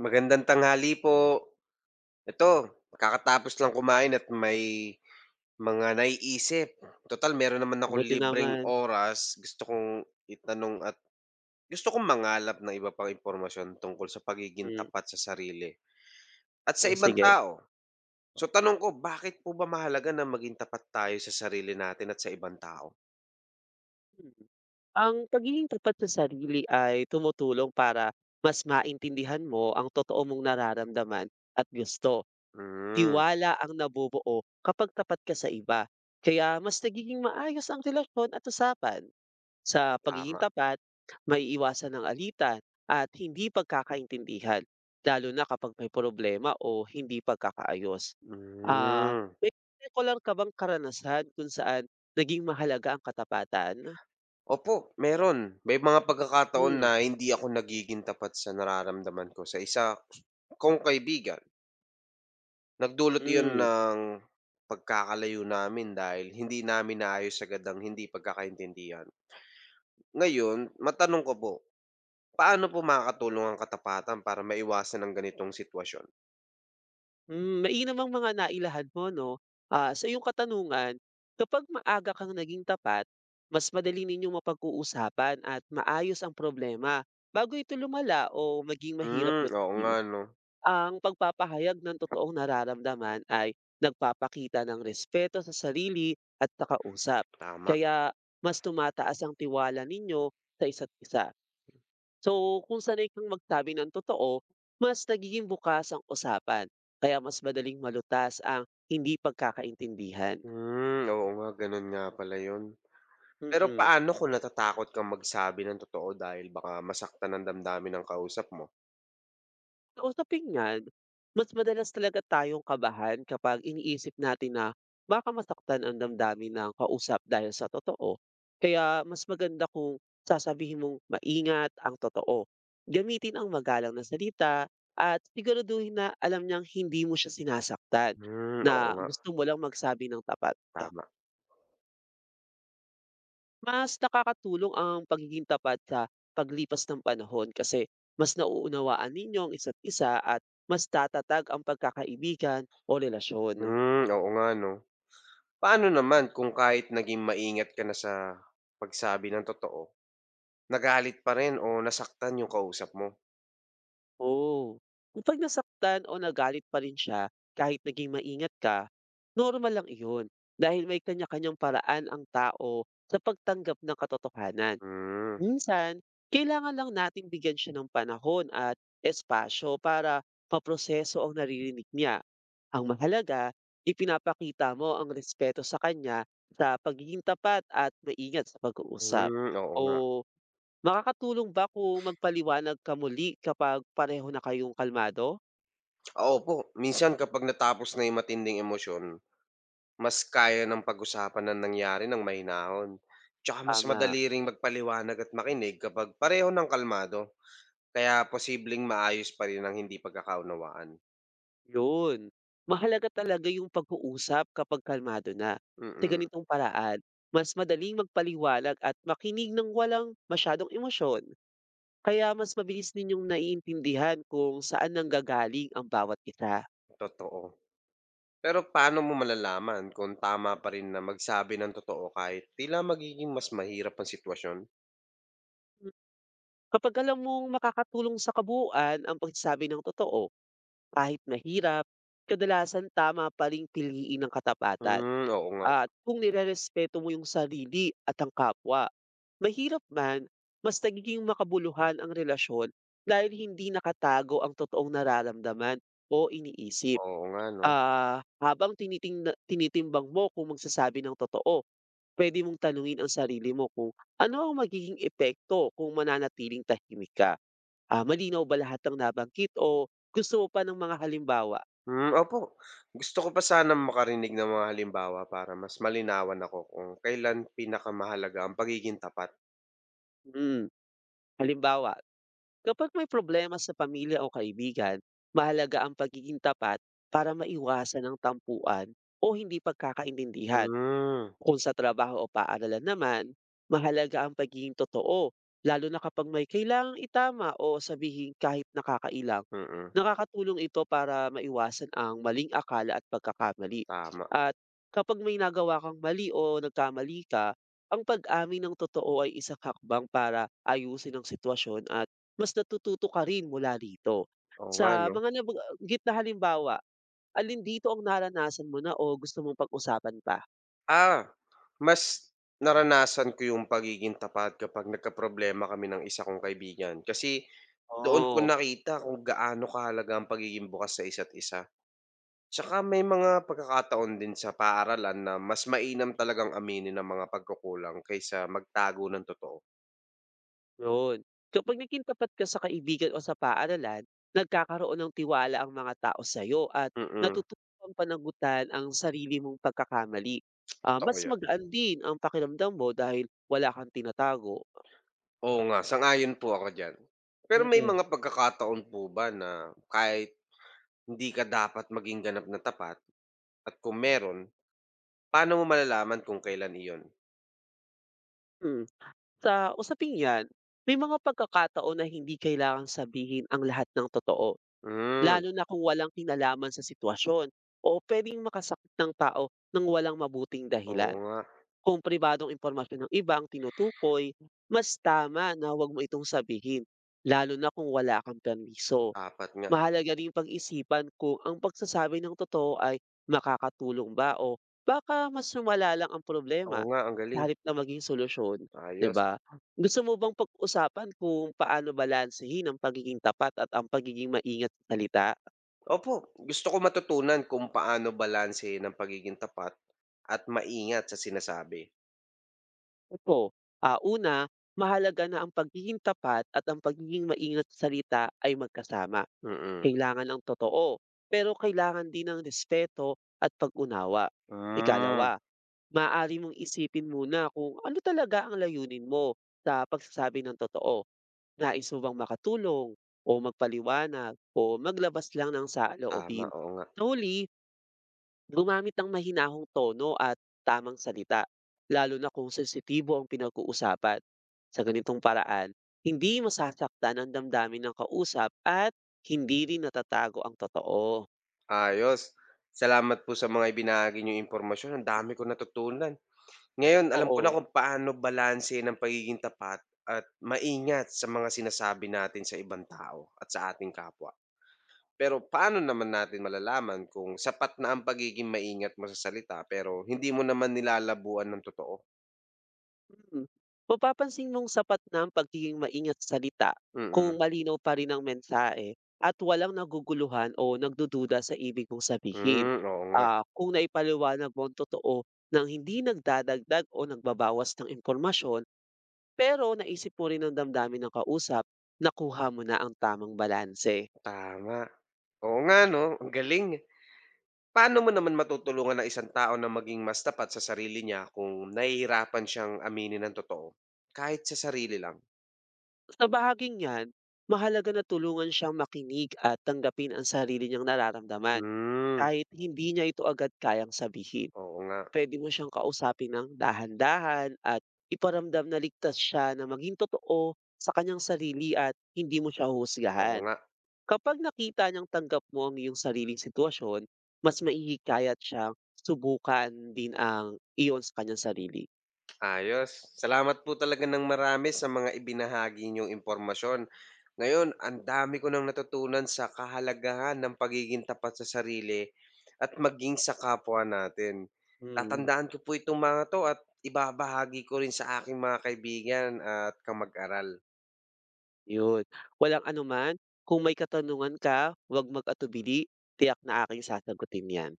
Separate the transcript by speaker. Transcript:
Speaker 1: Magandang tanghali po. Ito, kakatapos lang kumain at may mga naiisip. Total, meron naman ako
Speaker 2: Mabuti
Speaker 1: libreng
Speaker 2: naman.
Speaker 1: oras. Gusto kong itanong at gusto kong mangalap ng iba pang impormasyon tungkol sa pagiging
Speaker 2: Hmm,
Speaker 1: tapat sa sarili at sa
Speaker 2: o
Speaker 1: ibang
Speaker 2: sige.
Speaker 1: tao. So tanong ko, bakit po ba mahalaga na maging tapat tayo sa sarili natin at sa ibang tao?
Speaker 2: Hmm. Ang pagiging tapat sa sarili ay tumutulong para mas maintindihan mo ang totoo mong nararamdaman at gusto.
Speaker 1: Hmm,
Speaker 2: Tiwala ang nabubuo kapag tapat ka sa iba, kaya mas nagiging maayos ang relasyon at usapan. Sa pagiging
Speaker 1: tama.
Speaker 2: tapat, may iwasan ng alitan at hindi pagkakaintindihan, lalo na kapag may problema o hindi pagkakaayos. Ah,
Speaker 1: Hmm.
Speaker 2: may particular ka bang karanasan kung saan naging mahalaga ang katapatan?
Speaker 1: Opo, meron. May mga pagkakataon na
Speaker 2: Hmm,
Speaker 1: hindi ako nagiging tapat sa nararamdaman ko sa isa kong kaibigan. Nagdulot iyon
Speaker 2: hmm,
Speaker 1: ng pagkakalayo namin dahil hindi namin naayos agad ang hindi pagkakaintindihan. Ngayon, matanong ko po, paano po makakatulong ang katapatan para maiwasan ang ganitong sitwasyon?
Speaker 2: mainam ang mga nailahad mo 'no. Ah, sa iyong katanungan, kapag maaga kang naging tapat, mas madali ninyong mapag-uusapan at maayos ang problema bago ito lumala o maging mahirap
Speaker 1: Hmm, oo nga
Speaker 2: lutuin.
Speaker 1: 'no,
Speaker 2: Ang pagpapahayag ng totoong nararamdaman ay nagpapakita ng respeto sa sarili at sa kausap.
Speaker 1: tama.
Speaker 2: Kaya mas tumataas ang tiwala ninyo sa isa't isa. So kung sanay kang magsabi ng totoo, mas nagiging bukas ang usapan. Kaya mas madaling malutas ang hindi pagkakaintindihan.
Speaker 1: Hmm, oo nga, gano'n nga pala 'yon. Pero
Speaker 2: Mm.
Speaker 1: paano kung natatakot kang magsabi ng totoo dahil baka masaktan ang damdamin ng kausap mo?
Speaker 2: Usapin niyan, mas madalas talaga tayong kabahan kapag iniisip natin na baka masaktan ang damdamin ng kausap dahil sa totoo. Kaya mas maganda kung sasabihin mong maingat ang totoo. Gamitin ang magalang na salita at siguraduhin na alam niyang hindi mo siya sinasaktan,
Speaker 1: Hmm, oo
Speaker 2: na
Speaker 1: nga,
Speaker 2: gusto mo lang magsabi ng tapat.
Speaker 1: tama.
Speaker 2: Mas nakakatulong ang pagiging tapat sa paglipas ng panahon kasi mas nauunawaan ninyo ang isa't isa at mas tatatag ang pagkakaibigan o relasyon.
Speaker 1: Hmm, oo nga 'no. Paano naman kung kahit naging maingat ka na sa pagsabi ng totoo, nagalit pa rin o nasaktan yung kausap mo?
Speaker 2: Oo. Kapag nasaktan o nagalit pa rin siya kahit naging maingat ka, normal lang iyon dahil may kanya-kanyang paraan ang tao sa pagtanggap ng katotohanan.
Speaker 1: Hmm,
Speaker 2: Minsan, kailangan lang natin bigyan siya ng panahon at espasyo para maproseso ang naririnig niya. Ang mahalaga, ipinapakita mo ang respeto sa kanya sa pagiging tapat at maingat sa pag-uusap.
Speaker 1: hmm, oo nga.
Speaker 2: O makakatulong ba kung magpaliwanag ka muli kapag pareho na kayong kalmado?
Speaker 1: Oo po, minsan kapag natapos na yung matinding emosyon, mas kaya ng pag-usapan ng nangyari ng mahinahon. Tsaka mas
Speaker 2: Tama,
Speaker 1: madali ring magpaliwanag at makinig kapag pareho ng kalmado, kaya posibleng maayos pa rin ang hindi pagkakaunawaan.
Speaker 2: yun. Mahalaga talaga yung pag-uusap kapag kalmado na. Sa
Speaker 1: Mm,
Speaker 2: ganitong paraan, mas madaling magpaliwanag at makinig ng walang masyadong emosyon. Kaya mas mabilis ninyong naiintindihan kung saan nanggagaling ang bawat isa.
Speaker 1: totoo. Pero paano mo malalaman kung tama pa rin na magsabi ng totoo kahit tila magiging mas mahirap ang sitwasyon?
Speaker 2: Kapag alam mong makakatulong sa kabuuan ang pagsasabi ng totoo, kahit mahirap, kadalasan tama pa ring piliin ng katapatan.
Speaker 1: Hmm, oo nga.
Speaker 2: At kung nirerespeto mo yung sarili at ang kapwa, mahirap man, mas nagiging makabuluhan ang relasyon dahil hindi nakatago ang totoong nararamdaman o iniisip.
Speaker 1: Oo nga 'no.
Speaker 2: Ah, habang tinitimbang mo kung magsasabi ng totoo, pwede mong tanungin ang sarili mo kung ano ang magiging epekto kung mananatiling tahimik ka. Ah, malinaw ba lahat ng nabanggit o gusto mo pa ng mga halimbawa?
Speaker 1: Hmm, opo. Gusto ko pa sanang makarinig ng mga halimbawa para mas malinawan ako kung kailan pinakamahalaga ang pagiging tapat.
Speaker 2: Mm, halimbawa, kapag may problema sa pamilya o kaibigan, mahalaga ang pagiging tapat para maiwasan ang tampuan o hindi pagkakaintindihan.
Speaker 1: Hmm,
Speaker 2: Kung sa trabaho o paaralan naman, mahalaga ang pagiging totoo, lalo na kapag may kailangang itama o sabihin kahit nakakailang.
Speaker 1: mm.
Speaker 2: Nakakatulong ito para maiwasan ang maling akala at pagkakamali.
Speaker 1: Tama.
Speaker 2: At kapag may nagawa kang mali o nagkamali ka, ang pag-amin ng totoo ay isang hakbang para ayusin ang sitwasyon at mas natututo ka rin mula rito.
Speaker 1: Oo nga
Speaker 2: Sa
Speaker 1: 'no.
Speaker 2: mga nabanggit na halimbawa, alin dito ang naranasan mo na o gusto mong pag-usapan pa?
Speaker 1: Ah, mas naranasan ko yung pagiging tapat kapag nagkaproblema kami ng isa kong kaibigan kasi doon ko
Speaker 2: Oo,
Speaker 1: nakita kung gaano kahalaga ang pagiging bukas sa isa't isa. Tsaka may mga pagkakataon din sa paaralan na mas mainam talagang aminin ang mga pagkukulang kaysa magtago ng totoo.
Speaker 2: yun. Kapag naging tapat ka sa kaibigan o sa paaralan, nagkakaroon ng tiwala ang mga tao sa'yo at
Speaker 1: Mm,
Speaker 2: natutupang panagutan ang sarili mong pagkakamali. Ah,
Speaker 1: totoo
Speaker 2: mas
Speaker 1: 'yan.
Speaker 2: magaan din ang pakiramdam mo dahil wala kang tinatago.
Speaker 1: Oo nga, sang-ayon po ako diyan. Pero may
Speaker 2: Mm.
Speaker 1: mga pagkakataon po ba na kahit hindi ka dapat maging ganap na tapat at kung meron, paano mo malalaman kung kailan iyon?
Speaker 2: Mm. Sa usaping 'yan, may mga pagkakataon na hindi kailangang sabihin ang lahat ng totoo,
Speaker 1: Hmm,
Speaker 2: lalo na kung walang kinalaman sa sitwasyon o puwedeng makasakit ng tao nang walang mabuting
Speaker 1: oo
Speaker 2: dahilan.
Speaker 1: nga,
Speaker 2: Kung pribadong impormasyon ng iba ang tinutukoy, mas tama na huwag mo itong sabihin, lalo na kung wala kang permiso.
Speaker 1: dapat nga.
Speaker 2: Mahalaga ring pag-isipan kung ang pagsasabi ng totoo ay makakatulong ba o baka mas lumala lang ang
Speaker 1: Oo
Speaker 2: problema
Speaker 1: nga, ang galing,
Speaker 2: sa halip na maging solusyon, 'di
Speaker 1: ayos.
Speaker 2: ba? Gusto mo bang pag-usapan kung paano balansehin ang pagiging tapat at ang pagiging maingat sa salita?
Speaker 1: Opo, gusto ko matutunan kung paano balansehin ang pagiging tapat at maingat sa sinasabi.
Speaker 2: Ito, ah, una, mahalaga na ang pagiging tapat at ang pagiging maingat sa salita ay magkasama.
Speaker 1: Mm.
Speaker 2: Kailangan ng totoo, pero kailangan din ng respeto at pag-unawa.
Speaker 1: Hmm.
Speaker 2: Ikalawa, maaari mong isipin muna kung ano talaga ang layunin mo sa pagsasabi ng totoo. Nais mo bang makatulong o magpaliwanag o maglabas lang ng
Speaker 1: Tama,
Speaker 2: saloobin?
Speaker 1: oo nga.
Speaker 2: Sa huli, gumamit ng mahinahong tono at tamang salita, lalo na kung sensitibo ang pinag-uusapan. Sa ganitong paraan, hindi masasaktan ang damdamin ng kausap at hindi rin natatago ang totoo.
Speaker 1: Ayos, salamat po sa mga ibinahagi niyong impormasyon, ang dami kong natutunan. Ngayon alam ko na
Speaker 2: Oo.
Speaker 1: kung paano balansehin ang pagiging tapat at maingat sa mga sinasabi natin sa ibang tao at sa ating kapwa. Pero paano naman natin malalaman kung sapat na ang pagiging maingat mo sa salita pero hindi mo naman nilalabuan ng totoo?
Speaker 2: Hmm. Mapapansin mong sapat na ang pagiging maingat sa salita kung
Speaker 1: Mm.
Speaker 2: malinaw pa rin ang mensahe at walang naguguluhan o nagdududa sa ibig mong sabihin.
Speaker 1: Hmm, oo nga,
Speaker 2: Ah, kung naipaliwanag mo ang totoo nang hindi nagdadagdag o nagbabawas ng impormasyon, pero naisip mo rin ang damdamin ng kausap, nakuha mo na ang tamang balanse.
Speaker 1: tama. Oo nga 'no, ang galing. Paano mo naman matutulungan ang isang tao na maging mas tapat sa sarili niya kung nahihirapan siyang aminin ang totoo, kahit sa sarili lang?
Speaker 2: Sa bahaging yan, mahalaga na tulungan siyang makinig at tanggapin ang sarili niyang nararamdaman
Speaker 1: Hmm,
Speaker 2: kahit hindi niya ito agad kayang sabihin.
Speaker 1: oo nga,
Speaker 2: Puwede mo siyang kausapin ng dahan-dahan at iparamdam na ligtas siya na maging totoo sa kanyang sarili at hindi mo siya
Speaker 1: oo
Speaker 2: huhusgahan.
Speaker 1: nga.
Speaker 2: Kapag nakita niyang tanggap mo ang iyong sariling sitwasyon, mas mahihikayat siyang subukan din ang iyon sa kanyang sarili.
Speaker 1: Ayos. Salamat po talaga ng marami sa mga ibinahagi niyong impormasyon. Ngayon, ang dami ko nang natutunan sa kahalagahan ng pagiging tapat sa sarili at maging sa kapwa natin.
Speaker 2: Mm,
Speaker 1: Tatandaan ko po itong mga 'to at ibabahagi ko rin sa aking mga kaibigan at kamag-aral.
Speaker 2: 'yun. Walang anuman, kung may katanungan ka, huwag mag-atubili, tiyak na aking sasagutin 'yan.